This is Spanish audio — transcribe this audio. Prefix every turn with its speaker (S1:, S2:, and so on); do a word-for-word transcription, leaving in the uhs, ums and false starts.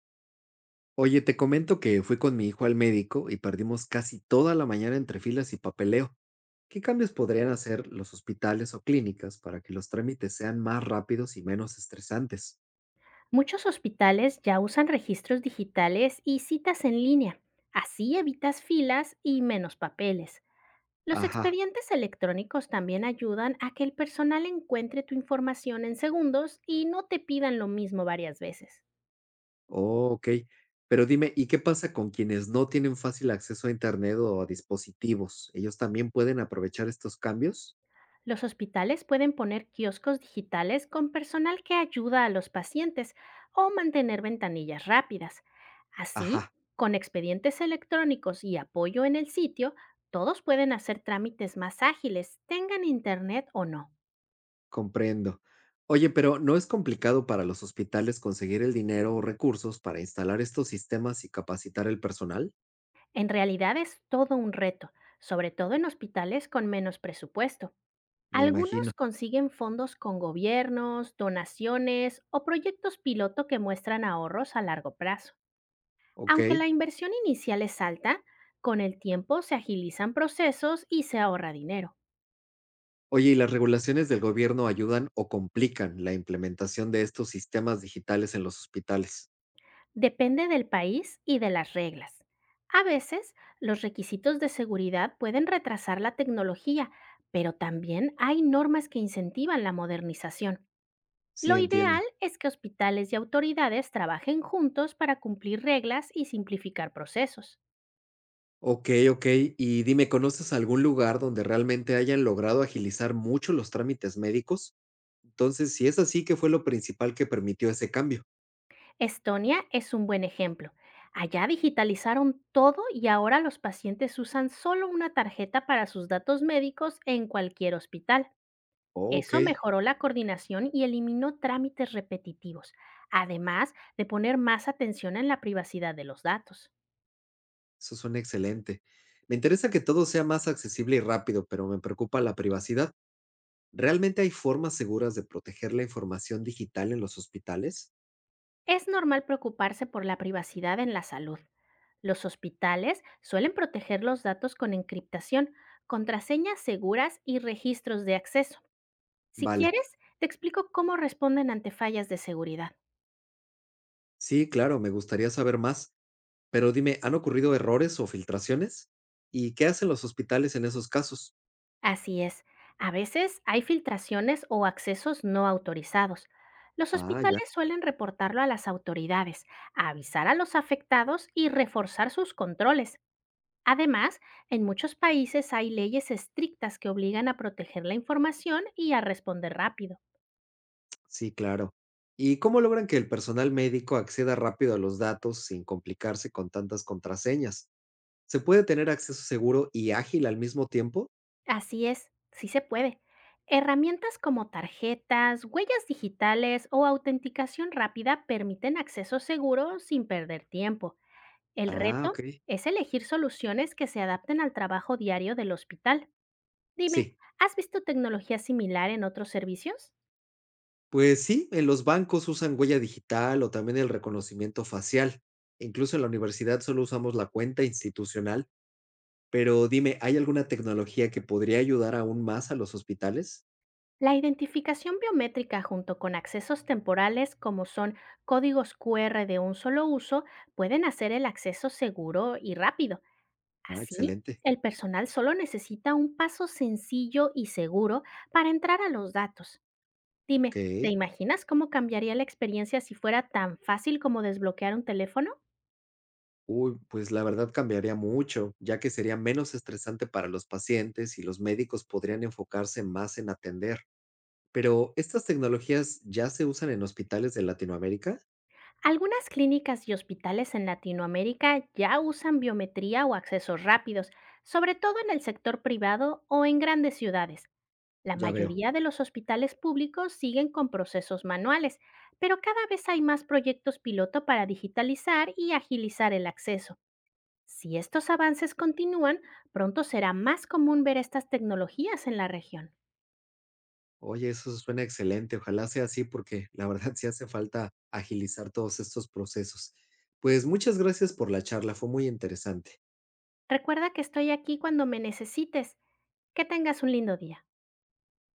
S1: Oye, te comento que fui con mi hijo al médico y perdimos casi toda la mañana entre filas y papeleo. ¿Qué cambios podrían hacer los hospitales o clínicas para que los trámites sean más rápidos y menos estresantes?
S2: Muchos hospitales ya usan registros digitales y citas en línea. Así evitas filas y menos papeles. Los
S1: Ajá,
S2: expedientes electrónicos también ayudan a que el personal encuentre tu información en segundos y no te pidan lo mismo varias veces.
S1: oh, ok. Pero dime, ¿y qué pasa con quienes no tienen fácil acceso a internet o a dispositivos? ¿Ellos también pueden aprovechar estos cambios?
S2: Los hospitales pueden poner kioscos digitales con personal que ayuda a los pacientes o mantener ventanillas rápidas. Así,
S1: Ajá,
S2: con expedientes electrónicos y apoyo en el sitio, todos pueden hacer trámites más ágiles, tengan internet o no.
S1: comprendo. Oye, pero ¿no es complicado para los hospitales conseguir el dinero o recursos para instalar estos sistemas y capacitar el personal?
S2: En realidad es todo un reto, sobre todo en hospitales con menos presupuesto.
S1: Me imagino,
S2: Algunos consiguen fondos con gobiernos, donaciones o proyectos piloto que muestran ahorros a largo plazo. Aunque la
S1: okey.
S2: inversión inicial es alta, con el tiempo se agilizan procesos y se ahorra dinero.
S1: Oye, ¿y las regulaciones del gobierno ayudan o complican la implementación de estos sistemas digitales en los hospitales?
S2: Depende del país y de las reglas. A veces, los requisitos de seguridad pueden retrasar la tecnología, pero también hay normas que incentivan la modernización.
S1: Sí,
S2: Lo ideal
S1: entiendo.
S2: es que hospitales y autoridades trabajen juntos para cumplir reglas y simplificar procesos.
S1: Okey, okey. Y dime, ¿conoces algún lugar donde realmente hayan logrado agilizar mucho los trámites médicos? Entonces, si es así, ¿qué fue lo principal que permitió ese cambio?
S2: Estonia es un buen ejemplo. Allá digitalizaron todo y ahora los pacientes usan solo una tarjeta para sus datos médicos en cualquier hospital.
S1: Oh,
S2: Eso
S1: Okey,
S2: mejoró la coordinación y eliminó trámites repetitivos, además de poner más atención en la privacidad de los datos.
S1: eso suena excelente. Me interesa que todo sea más accesible y rápido, pero me preocupa la privacidad. ¿Realmente hay formas seguras de proteger la información digital en los hospitales?
S2: Es normal preocuparse por la privacidad en la salud. Los hospitales suelen proteger los datos con encriptación, contraseñas seguras y registros de acceso. Si
S1: Vale.
S2: quieres, te explico cómo responden ante fallas de seguridad.
S1: Sí, claro, me gustaría saber más, pero dime, ¿han ocurrido errores o filtraciones? ¿Y qué hacen los hospitales en esos casos?
S2: Así es, a veces hay filtraciones o accesos no autorizados. Los
S1: Ah, ya,
S2: hospitales suelen reportarlo a las autoridades, avisar a los afectados y reforzar sus controles. Además, en muchos países hay leyes estrictas que obligan a proteger la información y a responder rápido.
S1: sí, claro. ¿Y cómo logran que el personal médico acceda rápido a los datos sin complicarse con tantas contraseñas? ¿Se puede tener acceso seguro y ágil al mismo tiempo?
S2: Así es, sí se puede. Herramientas como tarjetas, huellas digitales o autenticación rápida permiten acceso seguro sin perder tiempo. El
S1: Ah,
S2: reto
S1: ok.
S2: es elegir soluciones que se adapten al trabajo diario del hospital. Dime,
S1: Sí.
S2: ¿has visto tecnología similar en otros servicios?
S1: Pues sí, en los bancos usan huella digital o también el reconocimiento facial. Incluso en la universidad solo usamos la cuenta institucional. Pero dime, ¿hay alguna tecnología que podría ayudar aún más a los hospitales?
S2: La identificación biométrica junto con accesos temporales como son códigos Q R de un solo uso pueden hacer el acceso seguro y rápido.
S1: Ah,
S2: Así,
S1: excelente.
S2: el personal solo necesita un paso sencillo y seguro para entrar a los datos. Dime, ¿te
S1: Ok.
S2: imaginas cómo cambiaría la experiencia si fuera tan fácil como desbloquear un teléfono?
S1: Uy, pues la verdad cambiaría mucho, ya que sería menos estresante para los pacientes y los médicos podrían enfocarse más en atender. Pero, ¿estas tecnologías ya se usan en hospitales de Latinoamérica?
S2: Algunas clínicas y hospitales en Latinoamérica ya usan biometría o accesos rápidos, sobre todo en el sector privado o en grandes ciudades. La
S1: Ya veo.
S2: mayoría de los hospitales públicos siguen con procesos manuales, pero cada vez hay más proyectos piloto para digitalizar y agilizar el acceso. Si estos avances continúan, pronto será más común ver estas tecnologías en la región.
S1: Oye, eso suena excelente. Ojalá sea así porque la verdad sí hace falta agilizar todos estos procesos. Pues muchas gracias por la charla, fue muy interesante.
S2: Recuerda que estoy aquí cuando me necesites. Que tengas un lindo día.